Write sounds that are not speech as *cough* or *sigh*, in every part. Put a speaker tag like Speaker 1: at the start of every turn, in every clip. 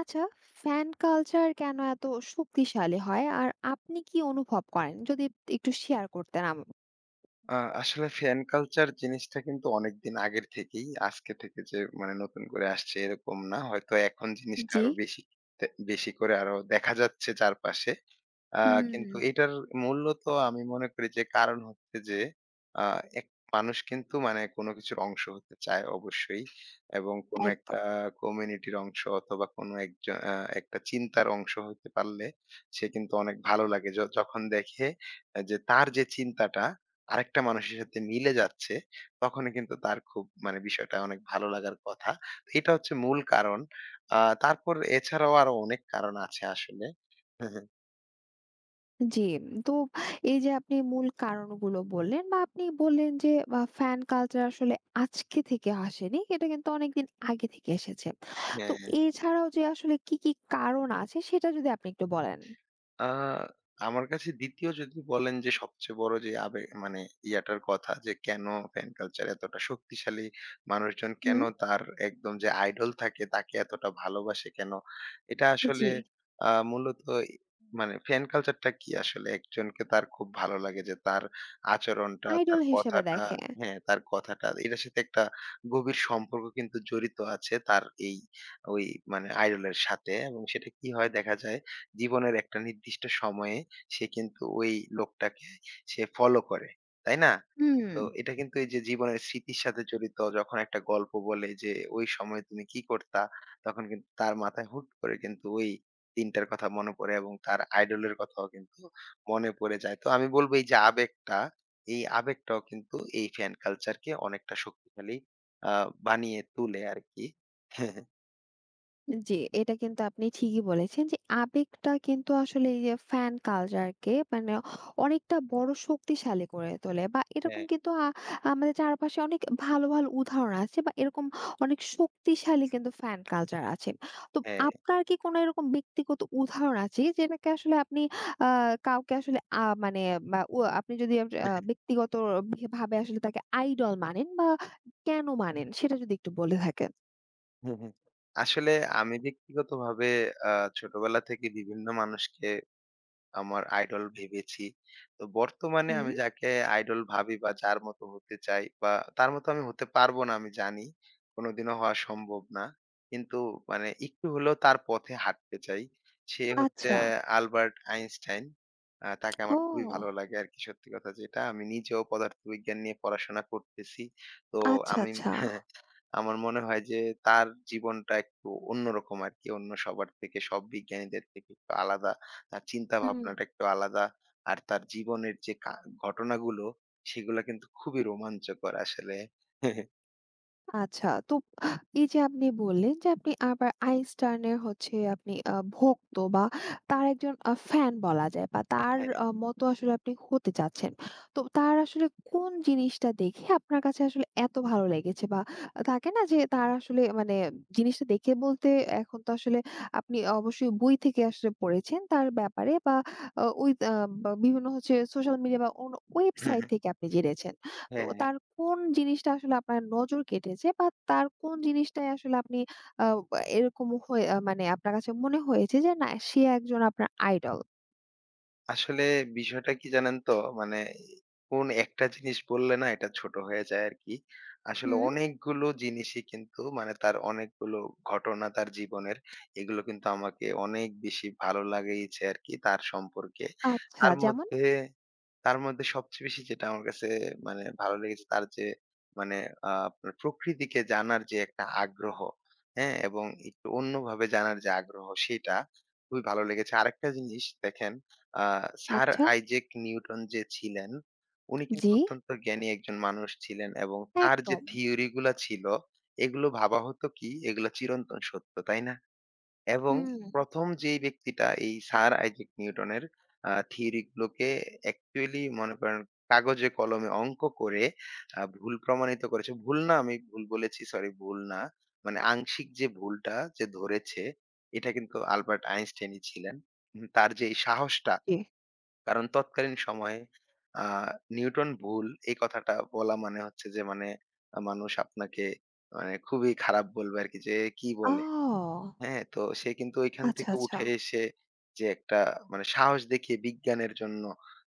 Speaker 1: আচ্ছা, fan culture কেন এত শক্তিশালী হয়? আর আপনি কি অনুভব করেন? যদি একটু শেয়ার করতেন
Speaker 2: আ আসলে ফ্যান কালচার জিনিসটা কিন্তু অনেকদিন আগের থেকেই। আজকে থেকে যে মানে নতুন করে আসছে এরকম না। হয়তো এখন জিনিসটা
Speaker 1: জি।
Speaker 2: আরো তে বেশি করে আরো দেখা যাচ্ছে চারপাশে। আ কিন্তু
Speaker 1: হুম।
Speaker 2: এটার মূল্য তো আমি মনে করি যে কারণ হচ্ছে যে আ এক মানুষ কিন্তু মানে কোনো কিছুর অংশ হতে চায় অবশ্যই এবং কোনো
Speaker 1: একদম।
Speaker 2: একটা কমিউনিটির অংশ অথবা কোনো একজন একটা চিন্তার অংশ হতে পারলে সে কিন্তু অনেক ভালো লাগে। যখন দেখে যে তার যে চিন্তাটা আরেকটা মানুষের সাথে মিলে যাচ্ছে, তখনই কিন্তু তার খুব মানে বিষয়টা অনেক ভালো লাগার কথা। তো এটা হচ্ছে মূল কারণ। আ তারপর এছাড়াও আরো অনেক কারণ আছে আসলে। *laughs*
Speaker 1: জি, তো এই যে আপনি মূল কারণগুলো বললেন বা আপনি বললেন যে ফ্যান কালচার আসলে আজকে থেকে আসেনি। এটা কিন্তু অনেকদিন আগে থেকে এসেছে। তো
Speaker 2: হ্যাঁ।
Speaker 1: এছাড়াও যে আসলে কি, কি কারণ আছে সেটা যদি আপনি একটু বলেন?
Speaker 2: আ আমার কাছে ২য় যদি বলেন যে সবচেয়ে বড় যে মানে ইয়াটার কথা যে কেন ফ্যান কালচার এতটা শক্তিশালী, মানুষজন কেন
Speaker 1: হুম।
Speaker 2: তার একদম যে আইডল থাকে তাকে এতটা ভালোবাসে কেন? এটা আসলে
Speaker 1: জি,
Speaker 2: মূলত ই মানে ফ্যান কালচারটা কি আসলে? একজনকে তার খুব ভালো লাগে যে তার আচরণটা,
Speaker 1: আইডল
Speaker 2: তার
Speaker 1: হিসেবে
Speaker 2: কথাটা।
Speaker 1: দেখে।
Speaker 2: হ্যাঁ, তার কথাটা এটার সাথে একটা গভীর সম্পর্ক কিন্তু জড়িত আছে তার এই ওই মানে আইডলের সাথে, এবং সেটা কি হয় দেখা যায় জীবনের একটা নির্দিষ্ট সময়ে সে কিন্তু ওই লোকটাকে সে ফলো করে। তাই না?
Speaker 1: হুম।
Speaker 2: তো এটা কিন্তু এই যে জীবনের স্মৃতির সাথে জড়িত, যখন একটা গল্প বলে যে, "ওই সময় তুমি কি করতা?" তখন কিন্তু তার মাথায় হুট করে কিন্তু ওই দিনটার কথা মনে পড়ে এবং তার আইডল এর কথাও কিন্তু মনে পড়ে যায়। তো আমি বলব এই যে আবেগটা, এই আবেগটাও কিন্তু এই ফ্যান কালচারকে অনেকটা শক্তিশালী আ বানিয়ে তুলে আরকি। *laughs*
Speaker 1: জি, এটা কিন্তু আপনি ঠিকই বলেছেন যে আবেগটা কিন্তু আসলে এই যে ফ্যান কালচারকে মানে অনেকটা বড় শক্তিশালী করে তোলে বা এরকম
Speaker 2: হ্যাঁ।
Speaker 1: আমাদের চারপাশে অনেক ভালো ভালো উদাহরণ আছে বা এরকম অনেক শক্তিশালী কিন্তু ফ্যান কালচার আছে। তো
Speaker 2: হ্যাঁ।
Speaker 1: আপনার কি কোনো এরকম ব্যক্তিগত উদাহরণ আছে যেটাকে আসলে আপনি কাউকে আসলে মানে আপনি যদি ব্যক্তিগত ভাবে আসলে তাকে আইডল মানেন বা কেন মানেন সেটা যদি একটু বলে থাকেন।
Speaker 2: হুম, হুম। আসলে আমি ব্যক্তিগতভাবে আ ছোটবেলা থেকে বিভিন্ন মানুষকে আমার আইডল ভেবেছি। তো বর্তমানে
Speaker 1: হুম।
Speaker 2: আমি যাকে আইডল ভাবি বা যার মতো হতে চাই বা তার মতো আমি হতে পারবো না, আমি জানি। কোনোদিনও হওয়া সম্ভব না। কিন্তু মানে একটু হলেও তার পথে হাঁটতে চাই। সে হচ্ছে
Speaker 1: আচ্ছা।
Speaker 2: Albert Einstein. তাকে আমার খুবই ভালো
Speaker 1: ও,
Speaker 2: লাগে আরকি, সত্যি কথা যেটা। আমি নিজেও পদার্থবিজ্ঞান নিয়ে পড়াশোনা করতেছি। তো
Speaker 1: আচ্ছা,
Speaker 2: আমি
Speaker 1: আচ্ছা।
Speaker 2: *laughs* আমার মনে হয় যে তার জীবনটা একটু অন্যরকম আরকি। অন্য সবার থেকে, সব বিজ্ঞানীদের থেকে একটু আলাদা। তার চিন্তা
Speaker 1: হুম।
Speaker 2: ভাবনাটা একটু আলাদা। আর তার জীবনের যে ঘটনাগুলো, সেগুলা কিন্তু খুবই রোমাঞ্চকর আসলে। *laughs*
Speaker 1: আচ্ছা, তো এই যে আপনি বললেন যে আপনি আবার আইনস্টাইনের হচ্ছে আপনি ভক্ত বা তার একজন ফ্যান বলা যায় বা তার
Speaker 2: হ্যাঁ,
Speaker 1: মতো আসলে আপনি হতে চাচ্ছেন। তো তার আসলে কোন জিনিসটা দেখে আপনার কাছে আসলে এত ভালো লেগেছে বা থাকে না যে তার আসলে মানে জিনিসটা দেখে বলতে এখন তো আসলে আপনি অবশ্যই বই থেকে আসলে পড়েছেন তার ব্যাপারে বা আ ওই আ বা বিভিন্ন হচ্ছে সোশ্যাল মিডিয়া বা অন্য ওয়েবসাইট থেকে আপনি জেনেছেন। তো
Speaker 2: হ্যাঁ।
Speaker 1: তার কোন জিনিসটা আসলে আপনার নজর কেটেছে বা তার কোন জিনিসটাই আসলে আপনি আ বা এরকম হয়ে মানে আপনার কাছে মনে হয়েছে যে না সে একজন আপনার আইডল?
Speaker 2: আসলে বিষয়টা কি জানেন তো? মানে কোন একটা জিনিস বললে না এটা ছোট হয়ে যায় আরকি। আসলে
Speaker 1: হুম।
Speaker 2: অনেকগুলো জিনিসই কিন্তু মানে তার অনেকগুলো ঘটনা তার জীবনের, এগুলো কিন্তু আমাকে অনেক বেশি ভালো লাগিয়েছে আরকি তার সম্পর্কে।
Speaker 1: আচ্ছা,
Speaker 2: তার
Speaker 1: যেমন?
Speaker 2: মধ্যে তার মধ্যে সবচেয়ে বেশি যেটা আমার কাছে মানে ভালো লেগেছে তার যে মানে আপনার প্রকৃতিকে জানার যে একটা আগ্রহ, হ্যাঁ? এবং একটু অন্যভাবে জানার যে আগ্রহ সেটা খুবই ভালো লেগেছে। আরেকটা জিনিস দেখেন, আ স্যার
Speaker 1: আচ্ছা।
Speaker 2: আইজ্যাক নিউটন যে ছিলেন, উনি কিন্তু
Speaker 1: জি,
Speaker 2: অত্যন্ত জ্ঞানী একজন মানুষ ছিলেন এবং তার যে
Speaker 1: একদম।
Speaker 2: থিওরি গুলা ছিল, এগুলো ভাবা হতো কি এগুলো চিরন্তন সত্য, তাই না? এবং
Speaker 1: হুম।
Speaker 2: ১ম যেই ব্যক্তিটা এই স্যার আইজ্যাক নিউটনের থিওরি গুলোকে অ্যাকচুয়ালি মনে করেন কাগজে কলমে অঙ্ক করে ভুল প্রমাণিত করেছে। ভুল না, আমি ভুল বলেছি, সরি, ভুল না। মানে আংশিক যে ভুলটা যে ধরেছে, এটা কিন্তু আলবার্ট আইনস্টাইনই ছিলেন। তার যে এই সাহসটা,
Speaker 1: জি।
Speaker 2: কারণ তৎকালীন সময়ে আ নিউটন ভুল এই কথাটা বলা মানে হচ্ছে যে মানে মানুষ আপনাকে মানে খুবই খারাপ বলবে আরকি, যে কি
Speaker 1: ও!
Speaker 2: বলে, হ্যাঁ? তো সে কিন্তু ঐখান
Speaker 1: আচ্ছা,
Speaker 2: থেকে
Speaker 1: আচ্ছা।
Speaker 2: উঠে এসে যে একটা মানে সাহস দেখিয়ে বিজ্ঞানের জন্য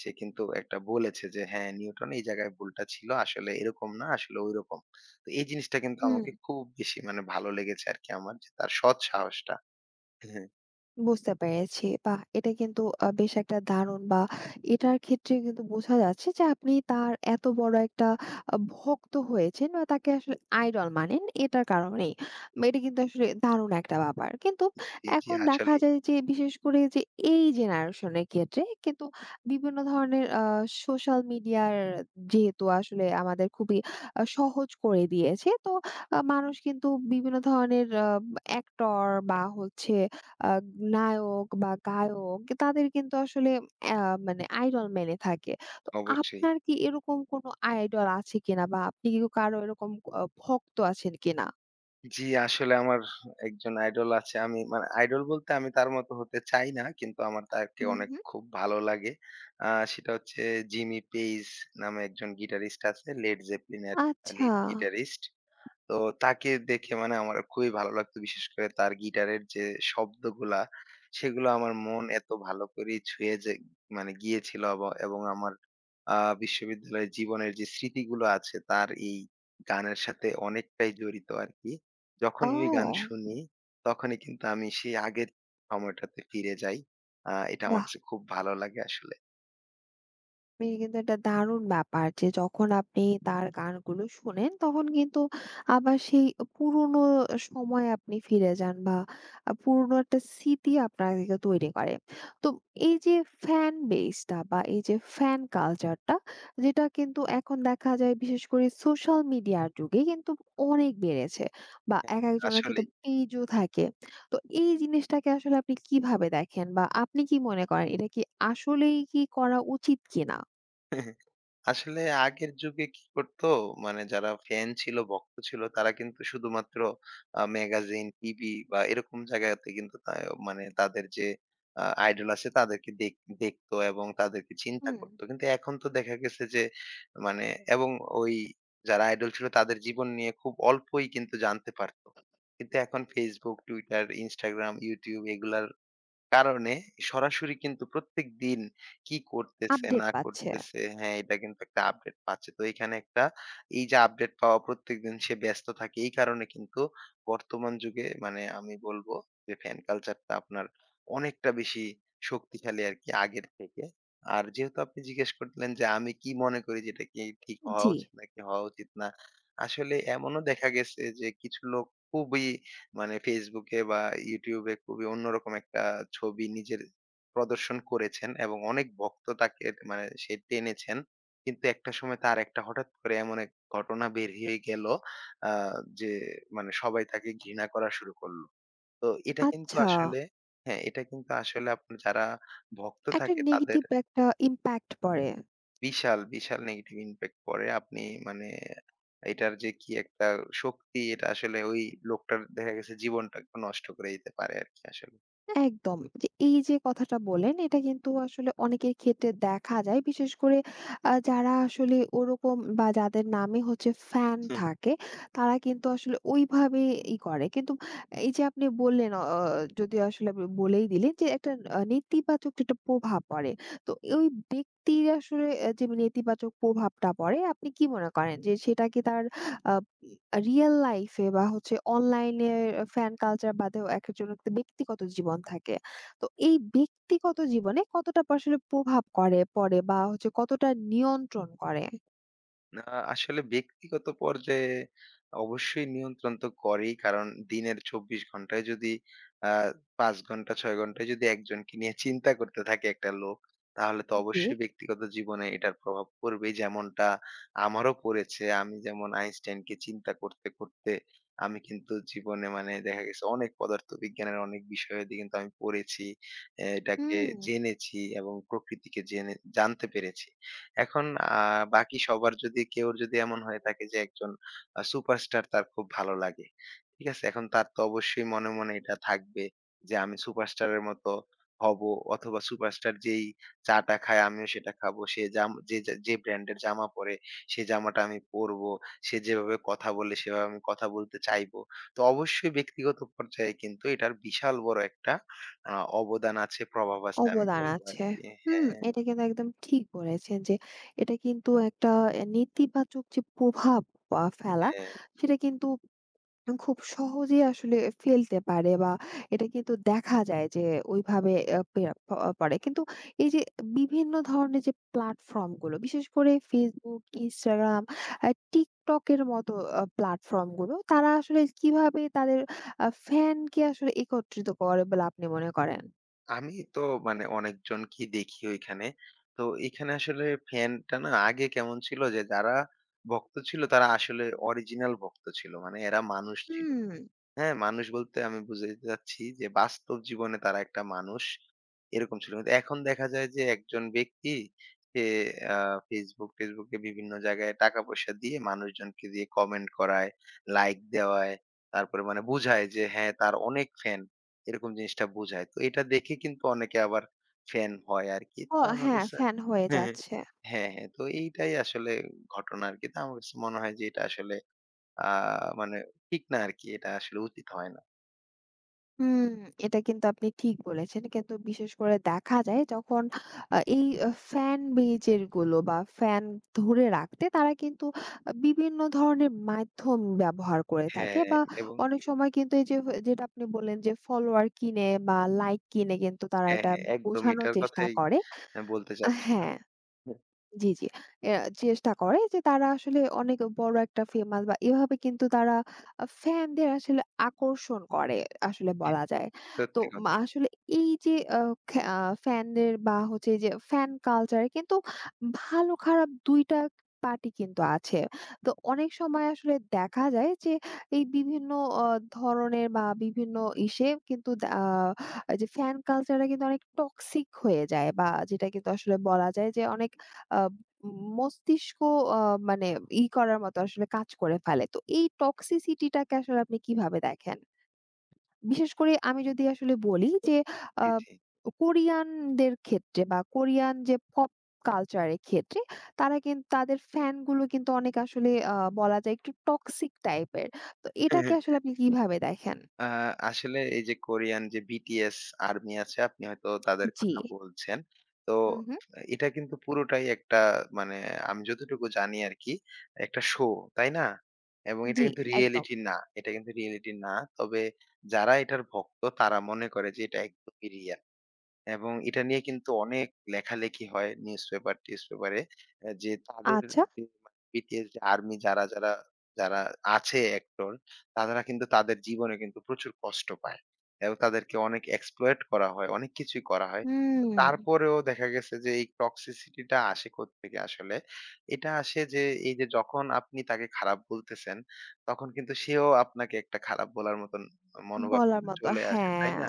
Speaker 2: সে কিন্তু একটা বলেছে যে, "হ্যাঁ, নিউটন এই জায়গায় ভুলটা ছিল। আসলে এরকম না, আসলে ঐরকম।" তো এই জিনিসটা কিন্তু
Speaker 1: হুম।
Speaker 2: আমাকে খুব বেশি মানে ভালো লেগেছে আরকি, আমার যে তার সৎ সাহসটা। হ্যাঁ,
Speaker 1: বুঝতে পেরেছি। বাহ! এটা কিন্তু বেশ একটা দারুণ বা এটার ক্ষেত্রে কিন্তু বোঝা যাচ্ছে যে আপনি তার এত বড় একটা ভক্ত হয়েছেন বা তাকে আসলে আইডল মানেন এটার কারণেই। বা এটা কিন্তু আসলে দারুণ একটা ব্যাপার। কিন্তু
Speaker 2: জি, জি
Speaker 1: এখন দেখা
Speaker 2: আসলেই।
Speaker 1: যায় যে বিশেষ করে যে এই জেনারেশনের ক্ষেত্রে কিন্তু বিভিন্ন ধরনের সোশ্যাল মিডিয়ার যেহেতু আসলে আমাদের খুবই সহজ করে দিয়েছে। তো মানুষ কিন্তু বিভিন্ন ধরনের অ্যাক্টর বা হচ্ছে আ নায়ক বা গায়ক তাদের কিন্তু আসলে অ্যা মানে আইডল মেনে থাকে। তো
Speaker 2: অবশ্যই।
Speaker 1: আপনার কি এরকম কোনো আইডল আছে কিনা? বা আপনি কি কারো এরকম ভক্ত আছেন কিনা?
Speaker 2: জি, আসলে আমার একজন আইডল আছে। আমি মানে আইডল বলতে আমি তার মতো হতে চাই না। কিন্তু আমার তাকে
Speaker 1: হুম,
Speaker 2: অনেক
Speaker 1: হুম।
Speaker 2: খুব ভালো লাগে। আ সেটা হচ্ছে জিমি পেইজ নামে একজন গিটারিস্ট আছে। লেড জেপলিনের
Speaker 1: আচ্ছা।
Speaker 2: Lead guitarist. তো তাকে দেখে মানে আমার খুবই ভালো লাগতো। বিশেষ করে তার গিটারের যে শব্দগুলা, সেগুলো আমার মন এত ভালো করেই ছুঁয়ে যে মানে গিয়েছিল অব, এবং আমার আ বিশ্ববিদ্যালয়ের জীবনের যে স্মৃতিগুলো আছে তার এই গানের সাথে অনেকটাই জড়িত আরকি। যখনই ওই গান
Speaker 1: ও!
Speaker 2: শুনি, তখনই কিন্তু আমি সেই আগের সময়টাতে ফিরে যাই। এটা আমার
Speaker 1: বাহ!
Speaker 2: কাছে খুব ভালো লাগে আসলে।
Speaker 1: এই কিন্তু একটা দারুণ ব্যাপার যে যখন আপনি তার গানগুলো শোনেন তখন কিন্তু আবার সেই পুরোনো সময়ে আপনি ফিরে যান বা পুরোনো একটা স্মৃতি আপনাকে তৈরি করে। তো এই যে ফ্যান বেসটা বা এই যে ফ্যান কালচারটা যেটা কিন্তু এখন দেখা যায় বিশেষ করে সোশ্যাল মিডিয়ার যুগে কিন্তু অনেক বেড়েছে বা
Speaker 2: হ্যাঁ।
Speaker 1: এক একজনের কিন্তু
Speaker 2: আসলেই।
Speaker 1: পেজও থাকে। তো এই জিনিসটাকে আসলে আপনি কিভাবে দেখেন বা আপনি কি মনে করেন এটা কি আসলেই কি করা উচিত কিনা?
Speaker 2: আসলে আগের যুগে কি করতো মানে যারা ফ্যান ছিল ভক্ত ছিল তারা কিন্তু শুধুমাত্র ম্যাগাজিন, টিভি বা এরকম জায়গাতে কিন্তু মানে তাদের যে আইডল আছে তাদেরকে দেখতো এবং তাদেরকে চিন্তা
Speaker 1: হুম,
Speaker 2: করতো, কিন্তু এখন তো দেখা গেছে যে মানে এবং ওই যারা আইডল ছিল তাদের জীবন নিয়ে খুব অল্পই কিন্তু জানতে পারতো, কিন্তু এখন ফেসবুক, টুইটার, ইনস্টাগ্রাম, ইউটিউব, এগুলার কারণে সরাসরি কিন্তু প্রত্যেকদিন কি করতেছে
Speaker 1: আপডেট
Speaker 2: না
Speaker 1: পাচ্ছে।
Speaker 2: করতেছে, হ্যাঁ, এটা কিন্তু একটা আপডেট পাচ্ছে। তো এখানে একটা এই যে আপডেট পাওয়া, প্রত্যেকদিন সে ব্যস্ত থাকে। এই কারণে কিন্তু বর্তমান যুগে মানে আমি বলব যে ফ্যান কালচারটা আপনার অনেকটা বেশি শক্তিশালী আরকি আগের থেকে। আর যেহেতু আপনি জিজ্ঞেস করলেন যে আমি কি মনে করি যে এটা কি ঠিক হওয়া
Speaker 1: জি।
Speaker 2: উচিত নাকি হওয়া উচিত না? আসলে এমনও দেখা গেছে যে কিছু লোক খুবই মানে Facebook এ বা YouTube এ খুবই অন্যরকম একটা ছবি নিজের প্রদর্শন করেছেন এবং অনেক ভক্ত তাকে মানে সে টেনেছেন। কিন্তু একটা সময় তার একটা হঠাৎ করে এমন এক ঘটনা বেরিয়ে গেল আ যে মানে সবাই তাকে ঘৃণা করা শুরু করলো। তো এটা কিন্তু
Speaker 1: আচ্ছা,
Speaker 2: আসলে, হ্যাঁ, এটা কিন্তু আসলে আপনার যারা ভক্ত
Speaker 1: একটা
Speaker 2: থাকে তাদের
Speaker 1: নেগেটিভ একটা ইমপ্যাক্ট পড়ে।
Speaker 2: বিশাল, বিশাল নেগেটিভ ইমপ্যাক্ট পড়ে। আপনি মানে এটার যে কি একটা শক্তি, এটা আসলে ওই লোকটার দেখা গেছে জীবনটাকে নষ্ট করে দিতে পারে আরকি আসলে।
Speaker 1: একদম। যে এই যে কথাটা বললেন এটা কিন্তু আসলে অনেকের ক্ষেত্রে দেখা যায়। বিশেষ করে যারা আসলে ওরকম বা যাদের নামে হচ্ছে ফ্যান থাকে তারা কিন্তু আসলে ওইভাবে ই করে। কিন্তু এই যে আপনি বললেন, যদি আসলে আপনি বলেই দিলেন যে একটা নেতিবাচক একটা প্রভাব পড়ে। তো ওই ব্যক্তির আসলে আহ, যে নেতিবাচক প্রভাবটা পড়ে আপনি কি মনে করেন যে সেটা কি তার আ রিয়াল লাইফ এ বা হচ্ছে অনলাইনে ফ্যান কালচার বাদেও একেকজনের একটা ব্যক্তিগত জীবন থাকে। তো এই ব্যক্তিগত জীবনে কতটা আসলে প্রভাব করে পড়ে বা হচ্ছে কতটা নিয়ন্ত্রণ করে?
Speaker 2: না, আসলে ব্যক্তিগত পর্যায়ে অবশ্যই নিয়ন্ত্রণ তো করেই। কারণ দিনের ২৪ ঘন্টায় যদি আ ৫ ঘন্টা ৬ ঘন্টায় যদি একজনকে নিয়ে চিন্তা করতে থাকে একটা লোক, তাহলে তো
Speaker 1: জি।
Speaker 2: অবশ্যই ব্যক্তিগত জীবনে এটার প্রভাব পড়বেই। যেমনটা আমারও পড়েছে। আমি যেমন আইনস্টাইনকে চিন্তা করতে করতে আমি কিন্তু জীবনে মানে দেখা গেছে অনেক পদার্থবিজ্ঞানের অনেক বিষয়াদি কিন্তু আমি পড়েছি। এটাকে
Speaker 1: হুম,
Speaker 2: জেনেছি এবং প্রকৃতিকে জেনে জানতে পেরেছি। এখন আ বাকি সবার যদি কেউর যদি এমন হয়ে থাকে যে একজন সুপারস্টার তার খুব ভালো লাগে। ঠিক আছে? এখন তার তো অবশ্যই মনে এটা থাকবে যে আমি সুপারস্টারের মতো হবো, অথবা সুপারস্টার যেই চা-টা খায় আমিও সেটা খাবো। সে জাম যে যা যে ব্র্যান্ডের জামা পরে সে জামাটা আমি পরবো। সে যেভাবে কথা বলে সেভাবে আমি কথা বলতে চাইবো। তো অবশ্যই ব্যক্তিগত পর্যায়ে কিন্তু এটার বিশাল বড় একটা আ অবদান আছে, প্রভাব আছে, আমি
Speaker 1: অবদান
Speaker 2: বলবো
Speaker 1: আছে।
Speaker 2: আরকি।
Speaker 1: হুম,
Speaker 2: হ্যাঁ,
Speaker 1: এটা কিন্তু একদম ঠিক বলেছেন যে এটা কিন্তু একটা নেতিবাচক যে প্রভাব ফেলা
Speaker 2: হ্যাঁ।
Speaker 1: সেটা কিন্তু খুব সহজেই আসলে ফেলতে পারে বা এটা কিন্তু দেখা যায় যে ওইভাবে আ পেয়া প পড়ে। কিন্তু এই যে বিভিন্ন ধরনের যে প্ল্যাটফর্ম গুলো বিশেষ করে Facebook, Instagram, আ TikTok এর মতো প্ল্যাটফর্ম গুলো তারা আসলে কিভাবে তাদের ফ্যানকে আসলে একত্রিত করে বলে আপনি মনে করেন?
Speaker 2: আমি তো মানে অনেকজনকেই দেখি ঐখানে। তো এখানে আসলে ফ্যানটা না আগে কেমন ছিল, যে যারা ভক্ত ছিল তারা আসলে অরিজিনাল ভক্ত ছিল। মানে এরা মানুষ ছিল।
Speaker 1: হুম।
Speaker 2: হ্যাঁ, মানুষ বলতে আমি বুঝাইতে চাচ্ছি যে, বাস্তব জীবনে তারা একটা মানুষ। এরকম ছিল। কিন্তু এখন দেখা যায় যে একজন ব্যক্তি সে আ Facebook-টেসবুক এ বিভিন্ন জায়গায় টাকা-পয়সা দিয়ে মানুষজনকে দিয়ে কমেন্ট করায়, লাইক দেওয়ায়, তারপরে মানে বুঝায় যে, হ্যাঁ, তার অনেক ফ্যান। এরকম জিনিসটা বুঝায়। তো এটা দেখে কিন্তু অনেকে আবার ফ্যান হয় আরকি।
Speaker 1: ও,
Speaker 2: তো আমার
Speaker 1: হ্যাঁ,
Speaker 2: কাছে
Speaker 1: ফ্যান হয়ে
Speaker 2: *laughs* হ্যাঁ, হ্যাঁ,
Speaker 1: যাচ্ছে।
Speaker 2: হ্যাঁ, হ্যাঁ। তো এইটাই আসলে ঘটনা আরকি। তো আমার কাছে মনে হয় যে এটা আসলে আ মানে ঠিক না আরকি। এটা আসলে উচিত হয় না।
Speaker 1: হুম, এটা কিন্তু আপনি ঠিক বলেছেন। কিন্তু বিশেষ করে দেখা যায় যখন এই ফ্যান বেজের গুলো বা ফ্যান ধরে রাখতে তারা কিন্তু বিভিন্ন ধরনের মাধ্যম ব্যবহার করে থাকে
Speaker 2: হ্যাঁ,
Speaker 1: বা
Speaker 2: এবং
Speaker 1: অনেক সময় কিন্তু এই যে যেটা আপনি বললেন যে ফলোয়ার কিনে বা লাইক কিনে কিন্তু তারা
Speaker 2: হ্যাঁ,
Speaker 1: এটা
Speaker 2: হ্যাঁ, একদম
Speaker 1: বোঝানোর
Speaker 2: এটার
Speaker 1: চেষ্টা
Speaker 2: কথাই
Speaker 1: করে।
Speaker 2: বলতে চাচ্ছিলাম।
Speaker 1: হ্যাঁ।
Speaker 2: হ্যাঁ,
Speaker 1: জি, জি। এ চেষ্টা করে যে তারা আসলে অনেক বড় একটা ফেমাস বা এভাবে কিন্তু তারা ফ্যানদের আসলে আকর্ষণ করে আসলে
Speaker 2: *laughs*
Speaker 1: বলা যায়। তো
Speaker 2: সত্যি কথা।
Speaker 1: মা আসলে এই যে আ খ্যা আ ফ্যানদের বা হচ্ছে যে ফ্যান কালচার কিন্তু ভালো খারাপ ২ টা পার্টি কিন্তু আছে। তো অনেক সময় আসলে দেখা যায় যে এই বিভিন্ন অ ধরনের বা বিভিন্ন ইসে কিন্তু দা আ এই যে ফ্যান কালচারটা কিন্তু অনেক টক্সিক হয়ে যায় বা যেটা কিন্তু আসলে বলা যায় যে অনেক আ মস্তিষ্ক আ মানে ই করার মতো আসলে কাজ করে ফেলে। তো এই toxicity টাকে আসলে আপনি কিভাবে দেখেন? বিশেষ করে আমি যদি আসলে বলি যে আ
Speaker 2: জি, জি।
Speaker 1: কোরিয়ানদের ক্ষেত্রে বা কোরিয়ান যে পপ কালচার এর ক্ষেত্রে তারা কিন্তু তাদের ফ্যান গুলো কিন্তু অনেক আসলে বলা যায় একটু টক্সিক টাইপের। তো এটাকে আসলে আপনি কিভাবে দেখেন?
Speaker 2: আ আসলে এই যে কোরিয়ান যে BTS আর্মি আছে, আপনি হয়তো তাদের
Speaker 1: জি।
Speaker 2: কথা বলছেন। তো
Speaker 1: হুম, হুম।
Speaker 2: এটা কিন্তু পুরোটাই একটা মানে আমি যতটুকু জানি আরকি একটা শো, তাই না? এবং এটা
Speaker 1: জি,
Speaker 2: কিন্তু
Speaker 1: একদম।
Speaker 2: রিয়েলিটি না। এটা কিন্তু রিয়েলিটি না। তবে যারা এটার ভক্ত তারা মনে করে যে এটা একদমই রিয়াল। এবং এটা নিয়ে কিন্তু অনেক লেখালেখি হয় নিউজপেপার টিউজপেপারে এ যে তাদের
Speaker 1: আচ্ছা।
Speaker 2: যে BTS যে আর্মি যারা আছে অ্যাক্টর, তারা কিন্তু তাদের জীবনে কিন্তু প্রচুর কষ্ট পায়। এবং তাদেরকে অনেক exploit করা হয়, অনেক কিছুই করা হয়। তো
Speaker 1: হুম,
Speaker 2: তারপরেও দেখা গেছে যে এই toxicity টা আসে কোত্থেকে আসলে? এটা আসে যে এই যে যখন আপনি তাকে খারাপ বলতেছেন, তখন কিন্তু সেও আপনাকে একটা খারাপ বলার মতন মনোভাব
Speaker 1: বলার
Speaker 2: কিন্তু
Speaker 1: মতো।
Speaker 2: চলে আসে, তাই
Speaker 1: হ্যাঁ,
Speaker 2: না?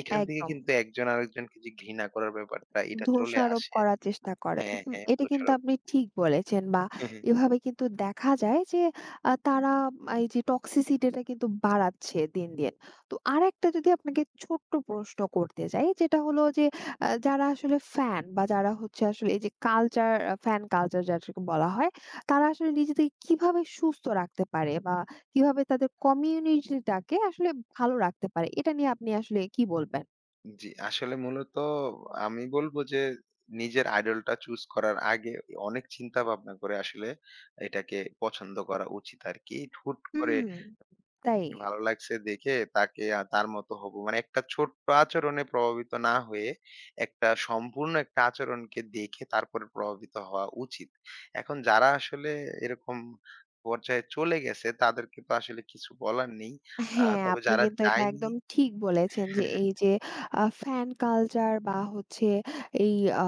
Speaker 2: এখান থেকে
Speaker 1: একদম।
Speaker 2: কিন্তু একজন আরেকজনকে যে ঘৃণা করার ব্যাপারটা এটা চলে
Speaker 1: দোষারোপ
Speaker 2: আসে।
Speaker 1: করার চেষ্টা করে।
Speaker 2: হ্যাঁ,
Speaker 1: হুম,
Speaker 2: হ্যাঁ,
Speaker 1: এটা কিন্তু
Speaker 2: দোষারোপ।
Speaker 1: আপনি ঠিক বলেছেন বা
Speaker 2: হুম, হুম।
Speaker 1: এভাবে কিন্তু দেখা যায় যে তারা এই যে টক্সিসিটিটা কিন্তু বাড়াচ্ছে দিন, দিন। তো আরেকটা যদি আপনাকে ছোট্ট প্রশ্ন করতে যাই যেটা হলো যে যারা আসলে ফ্যান বা যারা হচ্ছে আসলে এই যে কালচার আ ফ্যান কালচার যাদেরকে বলা হয়, তারা আসলে নিজেদেরকে কিভাবে সুস্থ রাখতে পারে বা কিভাবে তাদের কমিউনিটিটাকে আসলে ভালো রাখতে পারে? এটা নিয়ে আপনি আসলে কি বলবেন?
Speaker 2: জি, আসলে মূলত আমি বলব যে নিজের আইডলটা চুজ করার আগে অনেক চিন্তা ভাবনা করে আসলে এটাকে পছন্দ করা উচিত আরকি। হুট করে
Speaker 1: হুম। তাই?
Speaker 2: ভালো লাগছে দেখে তাকে তার মতো হবো। মানে একটা ছোট্ট আচরণে প্রভাবিত না হয়ে একটা সম্পূর্ণ একটা আচরণকে দেখে তারপরে প্রভাবিত হওয়া উচিত। এখন যারা আসলে এরকম পর্যায়ে চলে গেছে তাদেরকে তো আসলে কিছু বলার নেই।
Speaker 1: হ্যাঁ,
Speaker 2: তবে
Speaker 1: আপনি
Speaker 2: যারা
Speaker 1: কিন্তু এটা
Speaker 2: যায়নি
Speaker 1: একদম ঠিক বলেছেন যে এই যে
Speaker 2: *laughs*
Speaker 1: ফ্যান কালচার বা হচ্ছে এই আ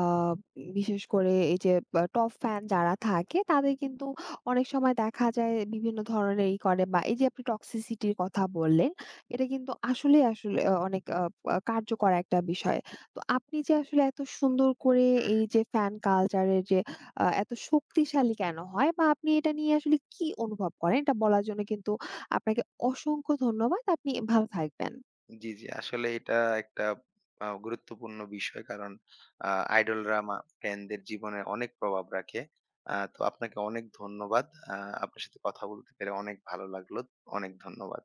Speaker 1: বিশেষ করে এই যে টপ ফ্যান যারা থাকে তাদের কিন্তু অনেক সময় দেখা যায় বিভিন্ন ধরনের ই করে বা এই যে আপনি টক্সিসিটির কথা বললেন, এটা কিন্তু আসলেই আসলে অনেক আ আ কার্যকর একটা বিষয়। তো আপনি যে আসলে এত সুন্দর করে এই যে ফ্যান কালচারের যে এত শক্তিশালী কেন হয় বা আপনি এটা নিয়ে আসলে কি অনুভব করেন? এটা বলার জন্য কিন্তু আপনাকে অসংখ্য ধন্যবাদ। আপনি ভালো থাকবেন।
Speaker 2: জি, জি। আসলে এটা একটা গুরুত্বপূর্ণ বিষয়। কারণ আ আইডলরা মা ফ্যানদের জীবনে অনেক প্রভাব রাখে। তো আপনাকে অনেক ধন্যবাদ। আ আপনার সাথে কথা বলতে পেরে অনেক ভালো লাগলো। অনেক ধন্যবাদ।